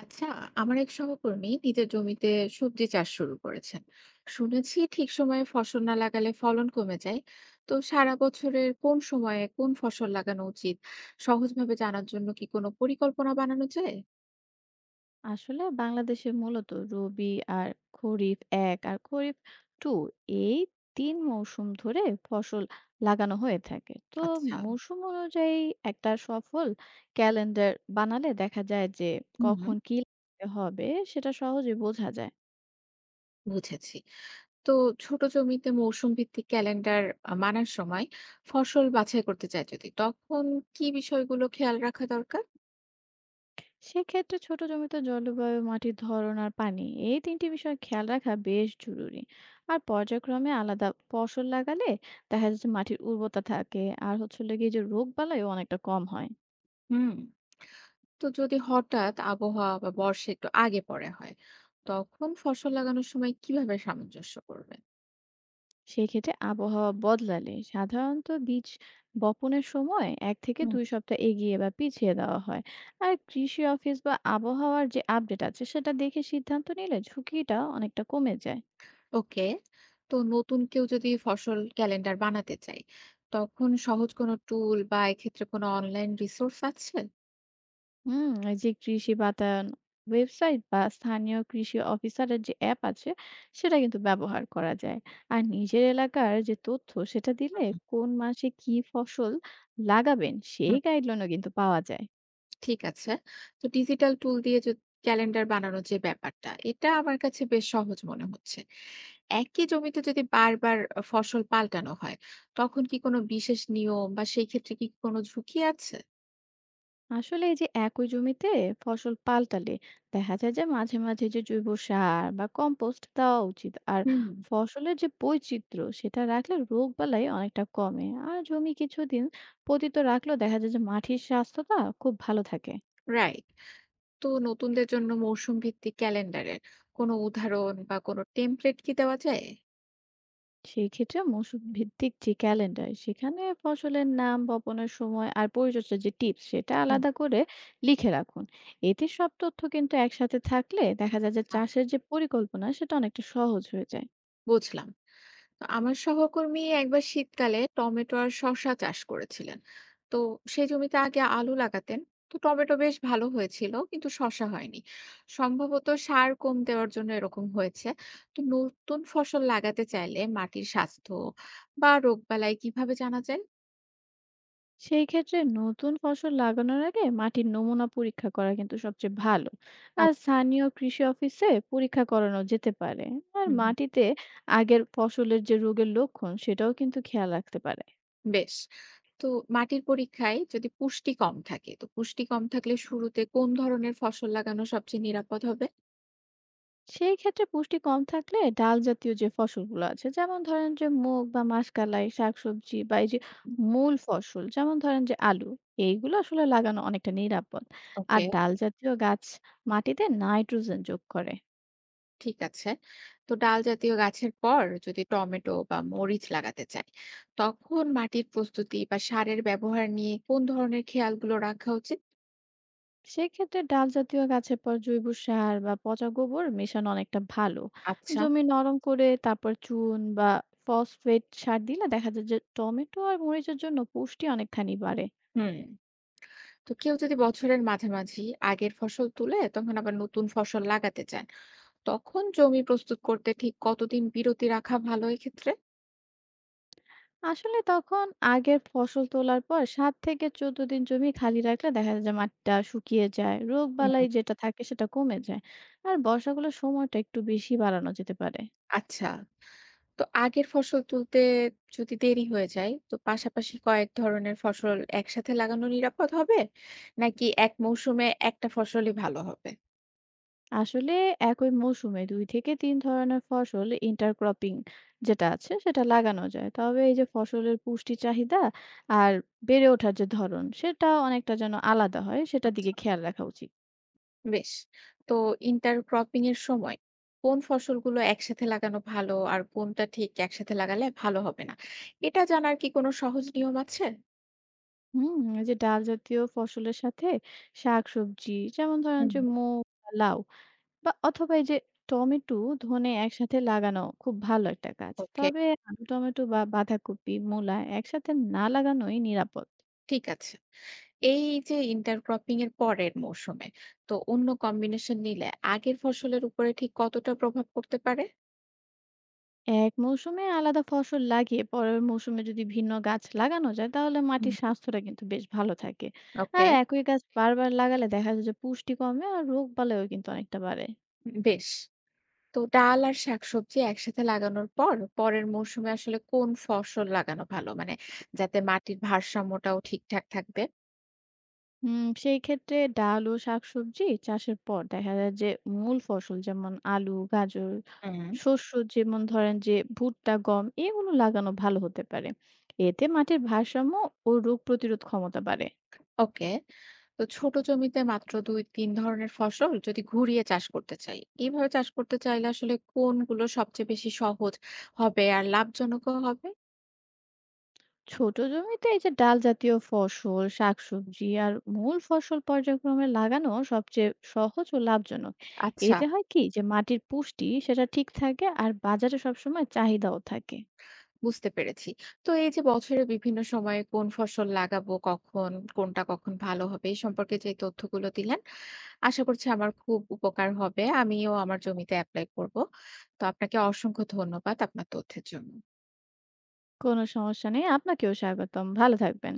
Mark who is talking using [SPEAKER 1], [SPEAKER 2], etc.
[SPEAKER 1] আচ্ছা, আমার এক সহকর্মী নিজের জমিতে সবজি চাষ শুরু করেছেন। শুনেছি ঠিক সময়ে ফসল না লাগালে ফলন কমে যায়। তো সারা বছরের কোন সময়ে কোন ফসল লাগানো উচিত সহজভাবে জানার জন্য কি কোনো পরিকল্পনা বানানো যায়?
[SPEAKER 2] আসলে বাংলাদেশে মূলত রবি আর খরিফ এক আর খরিফ টু এই তিন মৌসুম ধরে ফসল লাগানো হয়ে থাকে। তো
[SPEAKER 1] আচ্ছা।
[SPEAKER 2] মৌসুম অনুযায়ী একটা সফল ক্যালেন্ডার বানালে দেখা যায় যে
[SPEAKER 1] হুম
[SPEAKER 2] কখন কি লাগাতে হবে সেটা সহজে বোঝা যায়।
[SPEAKER 1] বুঝেছি। তো ছোট জমিতে মৌসুম ভিত্তিক ক্যালেন্ডার মানার সময় ফসল বাছাই করতে চাই যদি, তখন কি বিষয়গুলো খেয়াল রাখা দরকার?
[SPEAKER 2] সেক্ষেত্রে ছোট জমিতে জলবায়ু, মাটির ধরন আর পানি, এই তিনটি বিষয় খেয়াল রাখা বেশ জরুরি। আর পর্যায়ক্রমে আলাদা ফসল লাগালে দেখা যাচ্ছে মাটির উর্বরতা থাকে, আর হচ্ছে লেগে যে রোগ বালাইও অনেকটা কম হয়।
[SPEAKER 1] হুম। তো যদি হঠাৎ আবহাওয়া বা বর্ষা একটু আগে পরে হয়, তখন ফসল লাগানোর সময় কিভাবে সামঞ্জস্য করবেন?
[SPEAKER 2] সেক্ষেত্রে আবহাওয়া বদলালে সাধারণত বীজ বপনের সময় এক থেকে
[SPEAKER 1] হুম।
[SPEAKER 2] দুই সপ্তাহ এগিয়ে বা পিছিয়ে দেওয়া হয়। আর কৃষি অফিস বা আবহাওয়ার যে আপডেট আছে সেটা দেখে সিদ্ধান্ত নিলে ঝুঁকিটা অনেকটা কমে যায়।
[SPEAKER 1] ওকে, তো নতুন কেউ যদি ফসল ক্যালেন্ডার বানাতে চায়, তখন সহজ কোনো টুল বা এক্ষেত্রে কোনো অনলাইন রিসোর্স আছে?
[SPEAKER 2] এই যে কৃষি বাতায়ন ওয়েবসাইট বা স্থানীয় কৃষি অফিসারের যে অ্যাপ আছে সেটা কিন্তু ব্যবহার করা যায়। আর নিজের এলাকার যে তথ্য সেটা দিলে
[SPEAKER 1] হুম,
[SPEAKER 2] কোন মাসে কি ফসল লাগাবেন সেই
[SPEAKER 1] হুম।
[SPEAKER 2] গাইডলাইনও কিন্তু পাওয়া যায়।
[SPEAKER 1] ঠিক আছে। তো ডিজিটাল টুল দিয়ে যদি ক্যালেন্ডার বানানোর যে ব্যাপারটা, এটা আমার কাছে বেশ সহজ মনে হচ্ছে। একই জমিতে যদি বারবার ফসল পাল্টানো হয়, তখন কি কোনো বিশেষ নিয়ম বা সেই ক্ষেত্রে কি কোনো ঝুঁকি আছে?
[SPEAKER 2] আসলে এই যে একই জমিতে ফসল পাল্টালে দেখা যায় যে মাঝে মাঝে যে জৈব সার বা কম্পোস্ট দেওয়া উচিত। আর
[SPEAKER 1] হুম,
[SPEAKER 2] ফসলের যে বৈচিত্র্য সেটা রাখলে রোগ বালাই অনেকটা কমে, আর জমি কিছুদিন পতিত রাখলেও দেখা যায় যে মাটির স্বাস্থ্যটা খুব ভালো থাকে।
[SPEAKER 1] রাইট। তো নতুনদের জন্য মৌসুম ভিত্তিক ক্যালেন্ডারের কোনো উদাহরণ বা কোনো টেমপ্লেট কি দেওয়া যায়?
[SPEAKER 2] সেই ক্ষেত্রে মৌসুম ভিত্তিক যে ক্যালেন্ডার সেখানে ফসলের নাম, বপনের সময় আর পরিচর্যার যে টিপস সেটা আলাদা করে লিখে রাখুন। এতে সব তথ্য কিন্তু একসাথে থাকলে দেখা যায় যে
[SPEAKER 1] আচ্ছা।
[SPEAKER 2] চাষের যে পরিকল্পনা সেটা অনেকটা সহজ হয়ে যায়।
[SPEAKER 1] বুঝলাম। তো আমার সহকর্মী একবার শীতকালে টমেটো আর শসা চাষ করেছিলেন। তো সেই জমিতে আগে আলু লাগাতেন। তো টমেটো বেশ ভালো হয়েছিল, কিন্তু শসা হয়নি। সম্ভবত সার কম দেওয়ার জন্য এরকম হয়েছে। তো নতুন ফসল লাগাতে চাইলে মাটির স্বাস্থ্য বা রোগবালাই কিভাবে জানা যায়?
[SPEAKER 2] সেই ক্ষেত্রে নতুন ফসল লাগানোর আগে মাটির নমুনা পরীক্ষা করা কিন্তু সবচেয়ে ভালো। আর
[SPEAKER 1] আচ্ছা।
[SPEAKER 2] স্থানীয় কৃষি অফিসে পরীক্ষা করানো যেতে পারে। আর
[SPEAKER 1] হুম।
[SPEAKER 2] মাটিতে আগের ফসলের যে রোগের লক্ষণ সেটাও কিন্তু খেয়াল রাখতে পারে।
[SPEAKER 1] বেশ। তো মাটির পরীক্ষায় যদি পুষ্টি কম থাকে, তো পুষ্টি কম থাকলে শুরুতে কোন ধরনের ফসল লাগানো সবচেয়ে নিরাপদ হবে?
[SPEAKER 2] সেই ক্ষেত্রে পুষ্টি কম থাকলে ডাল জাতীয় যে ফসলগুলো আছে, যেমন ধরেন যে মুগ বা মাসকলাই, শাকসবজি, বা এই যে
[SPEAKER 1] হুম,
[SPEAKER 2] মূল ফসল যেমন ধরেন যে আলু, এইগুলো আসলে লাগানো অনেকটা নিরাপদ। আর
[SPEAKER 1] ওকে।
[SPEAKER 2] ডাল জাতীয় গাছ মাটিতে নাইট্রোজেন যোগ করে।
[SPEAKER 1] ঠিক আছে। তো ডাল জাতীয় গাছের পর যদি টমেটো বা মরিচ লাগাতে চাই, তখন মাটির প্রস্তুতি বা সারের ব্যবহার নিয়ে কোন ধরনের খেয়ালগুলো রাখা উচিত?
[SPEAKER 2] সেক্ষেত্রে ডাল জাতীয় গাছের পর জৈব সার বা পচা গোবর মেশানো অনেকটা ভালো।
[SPEAKER 1] আচ্ছা,
[SPEAKER 2] জমি নরম করে তারপর চুন বা ফসফেট সার দিলে দেখা যায় যে টমেটো আর মরিচের জন্য পুষ্টি অনেকখানি বাড়ে।
[SPEAKER 1] হুম। তো কেউ যদি বছরের মাঝামাঝি আগের ফসল তুলে তখন আবার নতুন ফসল লাগাতে চান, তখন জমি প্রস্তুত করতে ঠিক কতদিন বিরতি রাখা ভালো এক্ষেত্রে?
[SPEAKER 2] আসলে তখন আগের ফসল তোলার পর ৭ থেকে ১৪ দিন জমি খালি রাখলে দেখা যায় যে মাটিটা শুকিয়ে যায়, রোগ বালাই যেটা থাকে সেটা কমে যায়। আর বর্ষাগুলোর সময়টা একটু বেশি বাড়ানো যেতে পারে।
[SPEAKER 1] আচ্ছা। তো আগের ফসল তুলতে যদি দেরি হয়ে যায়, তো পাশাপাশি কয়েক ধরনের ফসল একসাথে লাগানো নিরাপদ হবে? নাকি এক মৌসুমে একটা ফসলই ভালো হবে?
[SPEAKER 2] আসলে একই মৌসুমে ২ থেকে ৩ ধরনের ফসল ইন্টারক্রপিং যেটা আছে সেটা লাগানো যায়। তবে এই যে ফসলের পুষ্টি চাহিদা আর বেড়ে ওঠার যে ধরন সেটা অনেকটা যেন আলাদা হয় সেটার
[SPEAKER 1] আচ্ছা।
[SPEAKER 2] দিকে খেয়াল রাখা উচিত।
[SPEAKER 1] বেশ। তো ইন্টারক্রপিং এর সময় কোন ফসলগুলো একসাথে লাগানো ভালো আর কোনটা ঠিক একসাথে লাগালে ভালো হবে না? এটা জানার কি কোনো সহজ নিয়ম আছে?
[SPEAKER 2] এই যে ডাল জাতীয় ফসলের সাথে শাকসবজি যেমন ধরেন
[SPEAKER 1] হুম,
[SPEAKER 2] যে
[SPEAKER 1] হুম।
[SPEAKER 2] মুগ, বা লাউ, বা অথবা এই যে টমেটো, ধনে একসাথে লাগানো খুব ভালো একটা কাজ।
[SPEAKER 1] ওকে,
[SPEAKER 2] তবে আলু, টমেটো বা বাঁধাকপি, মূলা একসাথে না লাগানোই নিরাপদ।
[SPEAKER 1] ঠিক আছে। এই যে ইন্টারক্রপিং এর পরের মৌসুমে তো অন্য কম্বিনেশন নিলে আগের ফসলের উপরে ঠিক কতটা প্রভাব পড়তে পারে?
[SPEAKER 2] এক মৌসুমে আলাদা ফসল লাগিয়ে পরের মৌসুমে যদি ভিন্ন গাছ লাগানো যায় তাহলে
[SPEAKER 1] হুম।
[SPEAKER 2] মাটির স্বাস্থ্যটা কিন্তু বেশ ভালো থাকে। আর
[SPEAKER 1] ওকে,
[SPEAKER 2] একই গাছ বারবার লাগালে দেখা যায় যে পুষ্টি কমে আর রোগ বালাইও কিন্তু অনেকটা বাড়ে।
[SPEAKER 1] বেশ। তো ডাল আর শাকসবজি একসাথে লাগানোর পর পরের মৌসুমে আসলে কোন ফসল লাগানো ভালো? মানে যাতে মাটির ভারসাম্যটাও ঠিকঠাক থাকবে।
[SPEAKER 2] সেই ক্ষেত্রে ডাল ও শাকসবজি চাষের পর দেখা যায় যে মূল ফসল যেমন আলু, গাজর,
[SPEAKER 1] হুম।
[SPEAKER 2] শস্য যেমন ধরেন যে ভুট্টা, গম, এগুলো লাগানো ভালো হতে পারে। এতে মাটির ভারসাম্য ও রোগ প্রতিরোধ ক্ষমতা বাড়ে।
[SPEAKER 1] ওকে, তো ছোট জমিতে মাত্র ২-৩ ধরনের ফসল যদি ঘুরিয়ে চাষ করতে চাই, এভাবে চাষ করতে চাইলে আসলে কোনগুলো সবচেয়ে বেশি সহজ হবে আর লাভজনকও হবে?
[SPEAKER 2] ছোট জমিতে এই যে ডাল জাতীয় ফসল, শাকসবজি আর মূল ফসল পর্যায়ক্রমে লাগানো সবচেয়ে সহজ ও লাভজনক।
[SPEAKER 1] আচ্ছা।
[SPEAKER 2] এতে হয় কি যে মাটির পুষ্টি সেটা ঠিক থাকে আর বাজারে সবসময় চাহিদাও থাকে।
[SPEAKER 1] বুঝতে পেরেছি। তো এই যে বছরের বিভিন্ন সময়ে কোন ফসল লাগাবো, কখন, কোনটা কখন ভালো হবে এই সম্পর্কে যে তথ্যগুলো দিলেন, আশা করছি আমার খুব উপকার হবে। আমিও আমার জমিতে এপ্লাই করব। তো আপনাকে অসংখ্য ধন্যবাদ আপনার তথ্যের জন্য।
[SPEAKER 2] কোনো সমস্যা নেই, আপনাকেও স্বাগতম। ভালো থাকবেন।